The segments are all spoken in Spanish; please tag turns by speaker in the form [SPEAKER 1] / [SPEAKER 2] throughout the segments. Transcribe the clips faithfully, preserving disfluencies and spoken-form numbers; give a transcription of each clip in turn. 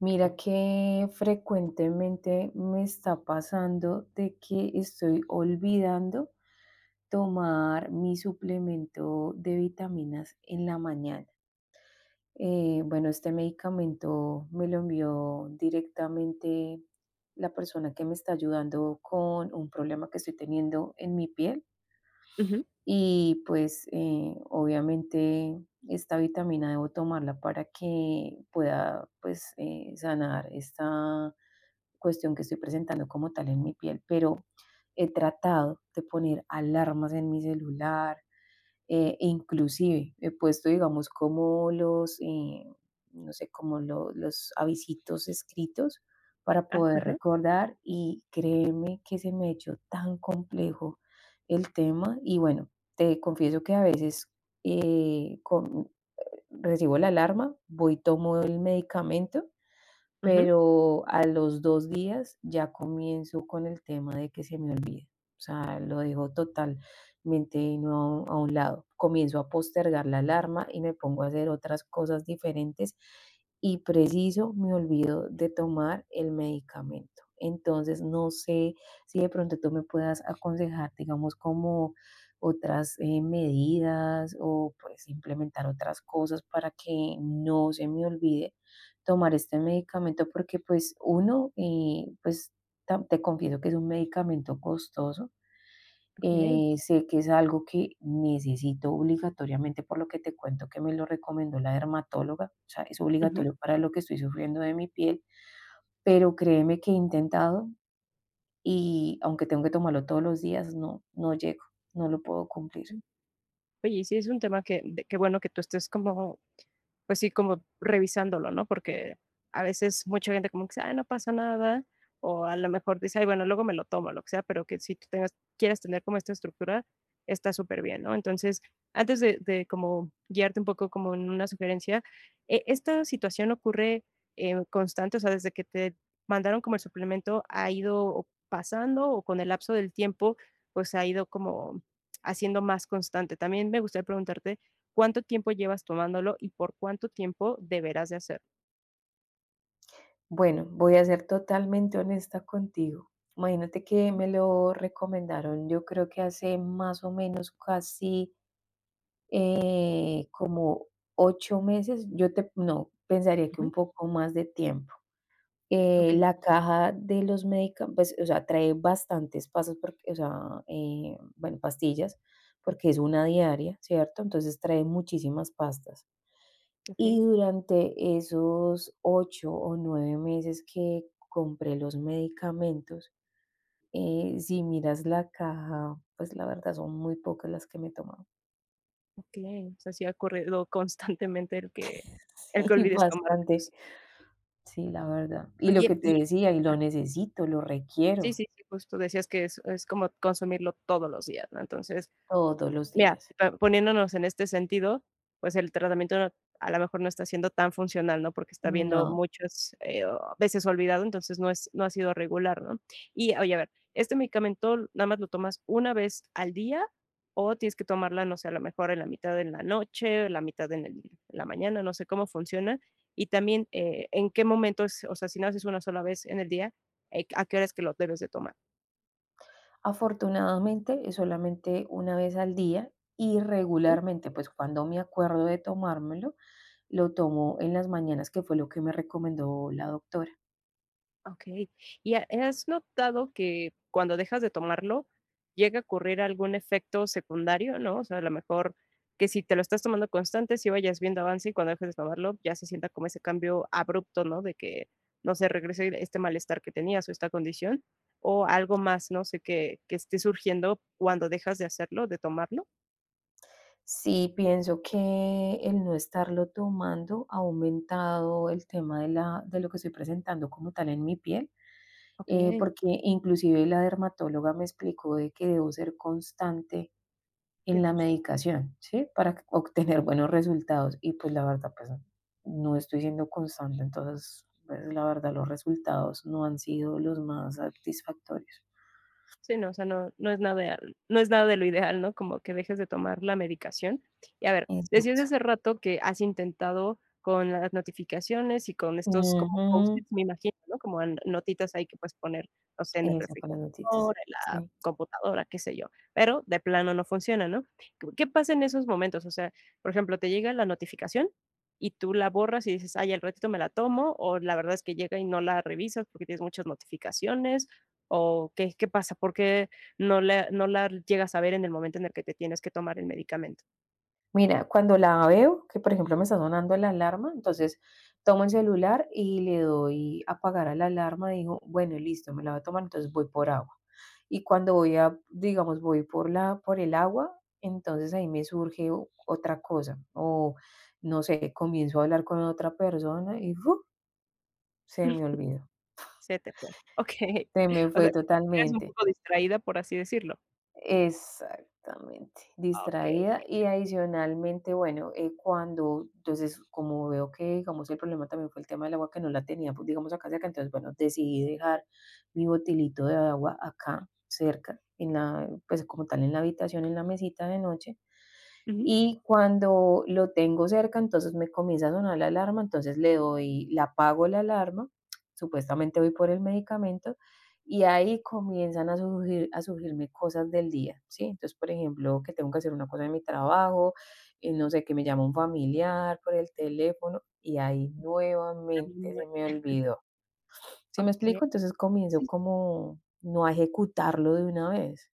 [SPEAKER 1] Mira que frecuentemente me está pasando de que estoy olvidando tomar mi suplemento de vitaminas en la mañana. Eh, bueno, este medicamento me lo envió directamente la persona que me está ayudando con un problema que estoy teniendo en mi piel.
[SPEAKER 2] Ujú.
[SPEAKER 1] Y pues eh, obviamente esta vitamina debo tomarla para que pueda pues eh, sanar esta cuestión que estoy presentando como tal en mi piel, pero he tratado de poner alarmas en mi celular, eh, e inclusive he puesto, digamos, como los, eh, no sé, como lo- los avisitos escritos para
[SPEAKER 2] Ah,
[SPEAKER 1] poder
[SPEAKER 2] ajá.
[SPEAKER 1] recordar y créeme que se me ha hecho tan complejo el tema y bueno, te confieso que a veces eh, con- recibo la alarma, voy, tomo el medicamento
[SPEAKER 2] Ujú.
[SPEAKER 1] pero a los dos días ya comienzo con el tema de que se me olvida. O sea, lo dejo totalmente no a un lado. Comienzo a postergar la alarma y me pongo a hacer otras cosas diferentes y preciso me olvido de tomar el medicamento. Entonces, no sé si de pronto tú me puedas aconsejar, digamos, como otras, eh, medidas o, pues, implementar otras cosas para que no se me olvide tomar este medicamento porque pues uno, eh, pues ta- te confieso que es un medicamento costoso,
[SPEAKER 2] Okey.
[SPEAKER 1] eh, sé que es algo que necesito obligatoriamente por lo que te cuento que me lo recomendó la dermatóloga, o sea, es
[SPEAKER 2] Ujú.
[SPEAKER 1] obligatorio para lo que estoy sufriendo de mi piel, pero créeme que he intentado y aunque tengo que tomarlo todos los días, no, no llego, no lo puedo cumplir.
[SPEAKER 2] Oye, y sí es un tema que de qué bueno que tú estés como pues sí, como revisándolo, ¿no? Porque a veces mucha gente como que dice, ay, no pasa nada, o a lo mejor dice, ay, bueno, luego me lo tomo, lo que sea, pero que si tú tengas, quieras tener como esta estructura, está súper bien, ¿no? Entonces, antes de, de como guiarte un poco como en una sugerencia, eh, ¿esta situación ocurre eh, constante? O sea, desde que te mandaron como el suplemento, ¿ha ido o- pasando o con el lapso del tiempo, pues ha ido como haciendo más constante? También me gustaría preguntarte cuánto tiempo llevas tomándolo y por cuánto tiempo deberás de hacerlo.
[SPEAKER 1] Bueno, voy a ser totalmente honesta contigo. Imagínate que
[SPEAKER 2] Ujú,
[SPEAKER 1] me lo recomendaron, yo creo que hace más o menos casi eh, como ocho meses, yo te, no, pensaría que un
[SPEAKER 2] ujú.
[SPEAKER 1] poco más de tiempo. Eh,
[SPEAKER 2] Okey.
[SPEAKER 1] la caja de los medicamentos, o sea, trae bastantes pasas, porque, o sea, eh, bueno, pastillas, porque es una diaria, ¿cierto? Entonces trae muchísimas pastas.
[SPEAKER 2] Okey,
[SPEAKER 1] Y durante esos ocho o nueve meses que compré los medicamentos, eh, si miras la caja, pues, la verdad son muy pocas las que me he
[SPEAKER 2] okey. O sea, sí ha corrido constantemente el que el que
[SPEAKER 1] Sí,
[SPEAKER 2] olvides
[SPEAKER 1] bastante.
[SPEAKER 2] tomártelos.
[SPEAKER 1] Sí, la verdad. Y lo
[SPEAKER 2] Oye,
[SPEAKER 1] que
[SPEAKER 2] y
[SPEAKER 1] te decía, y
[SPEAKER 2] ah,
[SPEAKER 1] lo necesito, lo
[SPEAKER 2] sí,
[SPEAKER 1] requiero
[SPEAKER 2] sí, sí, justo decías que es es como consumirlo todos los días, ¿no? Entonces,
[SPEAKER 1] todos los
[SPEAKER 2] mira,
[SPEAKER 1] días.
[SPEAKER 2] pa- poniéndonos en este sentido, pues el tratamiento no- a lo mejor no está siendo tan funcional, ¿no? Porque está viendo
[SPEAKER 1] No,
[SPEAKER 2] muchas eh, o- veces olvidado, entonces no es, no ha sido regular, ¿no? Y oye, a ver, ¿este medicamento nada más lo tomas una vez al día o tienes que tomarla, no sé, a lo mejor en la mitad de la noche, la mitad en, el- en la mañana, no sé cómo funciona? Y también, eh, ¿en qué momentos, o sea, si no haces una sola vez en el día, eh, a qué horas que lo debes de tomar?
[SPEAKER 1] afortunadamente es solamente una vez al día y regularmente, pues, cuando me acuerdo de tomármelo, lo tomo en las mañanas, que fue lo que me recomendó la doctora.
[SPEAKER 2] Okey. ¿Y ha has notado que cuando dejas de tomarlo llega a ocurrir algún efecto secundario, ¿no? O sea, a lo mejor que si te lo estás tomando constante, sí vayas viendo avance y cuando dejes de tomarlo ya se sienta como ese cambio abrupto, ¿no? De que no se regrese este malestar que tenías o esta condición, o algo más, no sé, que que esté surgiendo cuando dejas de hacerlo, de tomarlo.
[SPEAKER 1] Sí, pienso que el no estarlo tomando ha aumentado el tema de, la, de lo que estoy presentando como tal en mi piel, eh,
[SPEAKER 2] Okey.
[SPEAKER 1] porque inclusive la dermatóloga me explicó de que debo ser constante en la medicación, ¿sí? Para que- obtener buenos resultados. Y pues la verdad, pues no estoy siendo constante, entonces, pues la verdad, los resultados no han sido los más satisfactorios.
[SPEAKER 2] Sí, no, o sea, no, no es nada, no es nada de lo ideal, ¿no? Como que dejes de tomar la medicación. Y a ver, decías
[SPEAKER 1] Exacto.
[SPEAKER 2] hace rato que has intentado con las notificaciones y con estos como
[SPEAKER 1] Ujú,
[SPEAKER 2] post-its, me imagino, ¿no? Como an- notitas ahí que puedes poner, no sé, en el
[SPEAKER 1] eso con las notitas.
[SPEAKER 2] refrigerador, en la
[SPEAKER 1] Sí.
[SPEAKER 2] computadora, qué sé yo. Pero de plano no funciona, ¿no? ¿Qué qué pasa en esos momentos? O sea, por ejemplo, te llega la notificación y tú la borras y dices, ay, al ratito me la tomo, o la verdad es que llega y no la revisas porque tienes muchas notificaciones. ¿O qué, qué pasa? ¿Por qué no la, no la llegas a ver en el momento en el que te tienes que tomar el medicamento?
[SPEAKER 1] Mira, cuando la veo, que por ejemplo me está sonando la alarma, entonces tomo el celular y le doy a apagar a la alarma. Digo, bueno, listo, me la voy a tomar, entonces voy por agua. Y cuando voy a, digamos, voy por la, por el agua, entonces ahí me surge o- otra cosa. O no sé, comienzo a hablar con otra persona y ¡fu! Se me olvidó.
[SPEAKER 2] Se te fue. Okey.
[SPEAKER 1] Se me
[SPEAKER 2] O sea,
[SPEAKER 1] fue
[SPEAKER 2] eres un
[SPEAKER 1] totalmente.
[SPEAKER 2] poco distraída, por así decirlo.
[SPEAKER 1] Exactamente,
[SPEAKER 2] Okey.
[SPEAKER 1] distraída y adicionalmente, bueno, eh, cuando, entonces, como veo que, digamos, el problema también fue el tema del agua que no la tenía, pues, digamos, acá cerca, entonces, bueno, decidí dejar mi botilito de agua acá cerca, en la, pues, como tal, en la habitación, en la mesita de noche.
[SPEAKER 2] Ujú.
[SPEAKER 1] Y cuando lo tengo cerca, entonces me comienza a sonar la alarma, entonces le doy, la apago la alarma, supuestamente voy por el medicamento y ahí comienzan a surgir, a surgirme cosas del día, ¿sí? Entonces, por ejemplo, que tengo que hacer una cosa en mi trabajo, eh, no sé, que me llama un familiar por el teléfono y ahí nuevamente
[SPEAKER 2] También,
[SPEAKER 1] se me olvidó. ¿Sí me
[SPEAKER 2] okey.
[SPEAKER 1] explico? Entonces comienzo como no a ejecutarlo de una vez.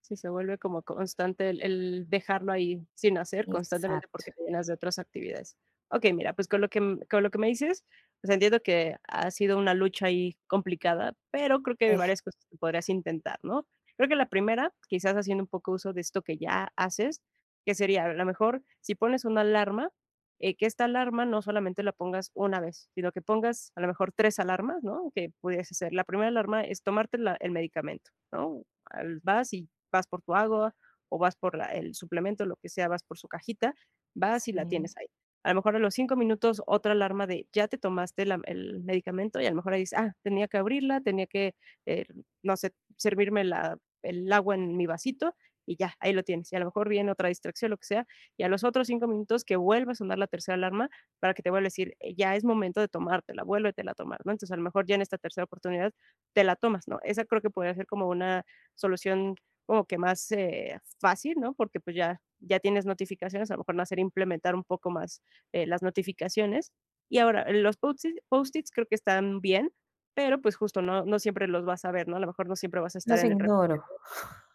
[SPEAKER 2] Sí, se vuelve como constante el el dejarlo ahí sin hacer constantemente
[SPEAKER 1] Exacto.
[SPEAKER 2] porque te llenas de otras actividades. Okey, mira, pues con lo que m con lo que me dices, pues entiendo que ha sido una lucha ahí complicada, pero creo que hay
[SPEAKER 1] Eh,
[SPEAKER 2] varias cosas que podrías intentar, ¿no? Creo que la primera, quizás haciendo un poco uso de esto que ya haces, que sería, a lo mejor, si pones una alarma, eh, que esta alarma no solamente la pongas una vez, sino que pongas a lo mejor tres alarmas, ¿no? Que pudieras hacer. La primera alarma es tomarte la el medicamento, ¿no? Al vas y vas por tu agua o vas por la- el suplemento, lo que sea, vas por su cajita, vas y la
[SPEAKER 1] sí.
[SPEAKER 2] tienes ahí. A lo mejor a los cinco minutos otra alarma de ya te tomaste la- el medicamento y a lo mejor ahí dices, ah, tenía que abrirla, tenía que, eh, no sé, servirme la- el agua en mi vasito y ya, ahí lo tienes. Y a lo mejor viene otra distracción, lo que sea, y a los otros cinco minutos que vuelva a sonar la tercera alarma para que te vuelva a decir: "Eh, ya es momento de tomártela, vuélvetela a tomar", ¿no? Entonces a lo mejor ya en esta tercera oportunidad te la tomas, ¿no? Esa creo que podría ser como una solución como que más, eh, fácil, ¿no? Porque, pues, ya ya tienes notificaciones, a lo mejor no hacer implementar un poco más, eh, las notificaciones. Y ahora, eh, los post-its post-its creo que están bien, pero, pues, justo no no siempre los vas a ver, ¿no? A lo mejor no siempre vas a estar
[SPEAKER 1] Los
[SPEAKER 2] en el re
[SPEAKER 1] ignoro,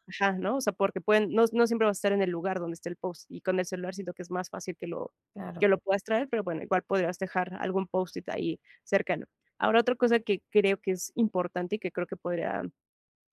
[SPEAKER 2] ajá, ¿no? O sea, porque pueden no no siempre vas a estar en el lugar donde esté el post, y con el celular siento que es más fácil que lo que
[SPEAKER 1] claro.
[SPEAKER 2] lo puedas traer, pero bueno, igual podrías dejar algún post-it ahí cercano. Ahora, otra cosa que creo que es importante y que creo que podría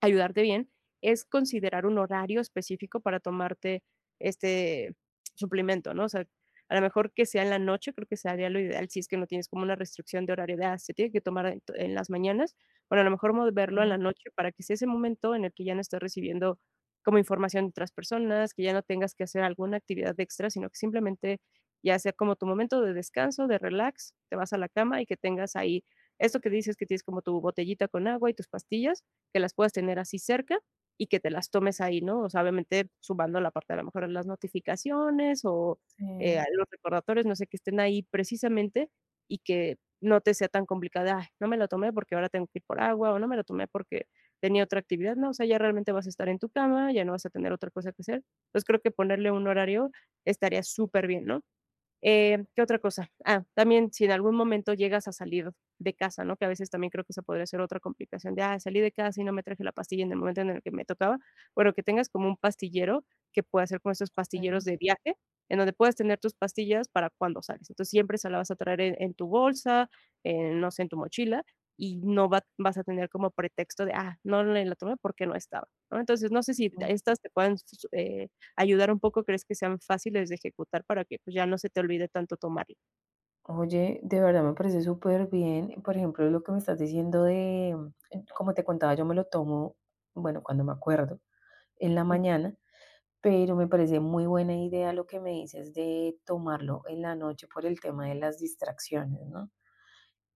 [SPEAKER 2] ayudarte bien es considerar un horario específico para tomarte este suplemento, ¿no? O sea, a lo mejor que sea en la noche, creo que sería lo ideal si es que no tienes como una restricción de horario de, ah, se tiene que tomar en, to- en las mañanas, bueno, a lo mejor moverlo en la
[SPEAKER 1] Ujú,
[SPEAKER 2] noche para que sea ese momento en el que ya no estés recibiendo como información de otras personas, que ya no tengas que hacer alguna actividad extra, sino que simplemente ya sea como tu momento de descanso, de relax, te vas a la cama y que tengas ahí esto que dices que tienes como tu botellita con agua y tus pastillas que las puedas tener así cerca y que te las tomes ahí, ¿no? O sea, obviamente sumando la parte de a lo mejor de las notificaciones o eh,
[SPEAKER 1] sí,
[SPEAKER 2] los recordatorios, no sé, que estén ahí precisamente y que no te sea tan complicada: "Ay, no me lo tomé porque ahora tengo que ir por agua o no me lo tomé porque tenía otra actividad". No, o sea, ya realmente vas a estar en tu cama, ya no vas a tener otra cosa que hacer. Entonces, creo que ponerle un horario estaría súper bien, ¿no? Eh, ¿qué otra cosa? Ah, también si en algún momento llegas a salir de casa, ¿no? Que a veces también creo que esa podría ser otra complicación de, ah, salí de casa y no me traje la pastilla en el momento en el que me tocaba. Bueno, que tengas como un pastillero que pueda ser como estos pastilleros de viaje, en donde puedas tener tus pastillas para cuando sales. Entonces siempre se la vas a traer en, en tu bolsa, en, no sé, en tu mochila, y no va- vas a tener como pretexto de, ah, no le la tomé porque no estaba, ¿no? Entonces, no sé si
[SPEAKER 1] ujú.
[SPEAKER 2] estas te pueden ayudar un poco, crees que sean fáciles de ejecutar para que pues, ya no se te olvide tanto tomarlo.
[SPEAKER 1] Oye, de verdad me parece súper bien. Por ejemplo, lo que me estás diciendo de, mm, eh, como te contaba, yo me lo tomo, bueno, cuando me acuerdo, en la
[SPEAKER 2] Mm.
[SPEAKER 1] mañana, pero me parece muy buena idea lo que me dices de tomarlo en la noche por el tema de las distracciones, ¿no?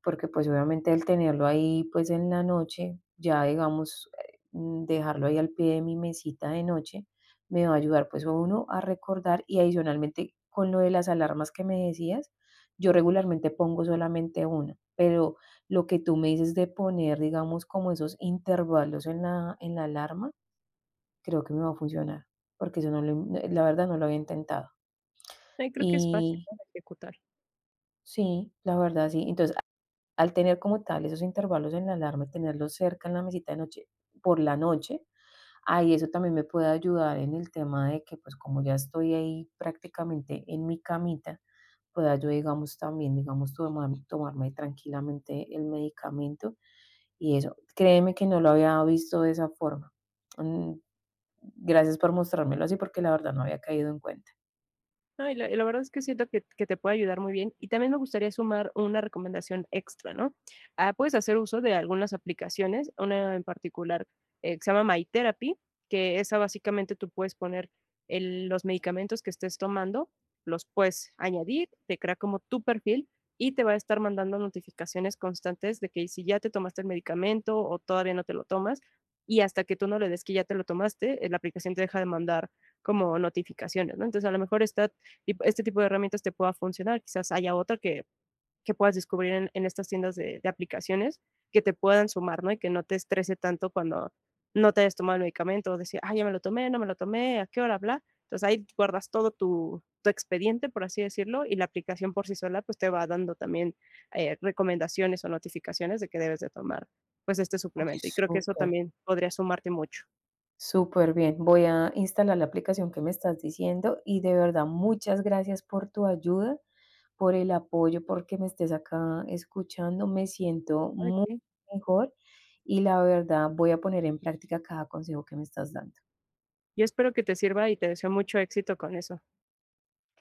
[SPEAKER 1] Porque pues obviamente el tenerlo ahí pues en la noche, ya digamos, eh, mm, dejarlo ahí al pie de mi mesita de noche, me va a ayudar pues uno a recordar y adicionalmente con lo de las alarmas que me decías, yo regularmente pongo solamente una, pero lo que tú me dices de poner, digamos, como esos intervalos en la, en la alarma, creo que me va a funcionar, porque eso no lo, he- la verdad no lo había intentado.
[SPEAKER 2] Ay, creo que es fácil,
[SPEAKER 1] Y
[SPEAKER 2] ¿no?, de ejecutar.
[SPEAKER 1] sí, la verdad sí. Entonces, al tener como tal esos intervalos en la alarma y tenerlos cerca en la mesita de noche, por la noche, ahí eso también me puede ayudar en el tema de que, pues, como ya estoy ahí prácticamente en mi camita, pueda yo, digamos, también, digamos, tomar tomarme tranquilamente el medicamento y eso. Créeme que no lo había visto de esa forma. Mm, Gracias por mostrármelo así, porque la verdad no había caído en cuenta.
[SPEAKER 2] No, y la, y la verdad es que siento que, que te puede ayudar muy bien. Y también me gustaría sumar una recomendación extra, ¿no? Ah, puedes hacer uso de algunas aplicaciones, una en particular eh, que se llama My Therapy, que esa básicamente tú puedes poner el- los medicamentos que estés tomando, los puedes añadir, te crea como tu perfil y te va a estar mandando notificaciones constantes de que si ya te tomaste el medicamento o todavía no te lo tomas. Y hasta que tú no le des que ya te lo tomaste, eh, la aplicación te deja de mandar como notificaciones, ¿no? Entonces, a lo mejor está y este tipo de herramientas te pueda funcionar. Quizás haya otra que, que puedas descubrir en, en estas tiendas de, de, aplicaciones que te puedan sumar, ¿no? Y que no te estrese tanto cuando no te hayas tomado el medicamento o decir, ah, ya me lo tomé, no me lo tomé, a qué hora, bla. Entonces ahí guardas todo tu, tu expediente, por así decirlo, y la aplicación por sí sola pues te va dando también eh, recomendaciones o notificaciones de que debes de tomar pues este
[SPEAKER 1] Uy,
[SPEAKER 2] suplemento. Y creo que eso
[SPEAKER 1] súper.
[SPEAKER 2] también podría sumarte mucho.
[SPEAKER 1] Súper bien, voy a instalar la aplicación que me estás diciendo y de verdad muchas gracias por tu ayuda, por el apoyo, porque me estés acá escuchando, me siento muy
[SPEAKER 2] ¿No?
[SPEAKER 1] mejor y la verdad voy a poner en práctica cada consejo que me estás dando.
[SPEAKER 2] Yo espero que te sirva y te deseo mucho éxito con eso.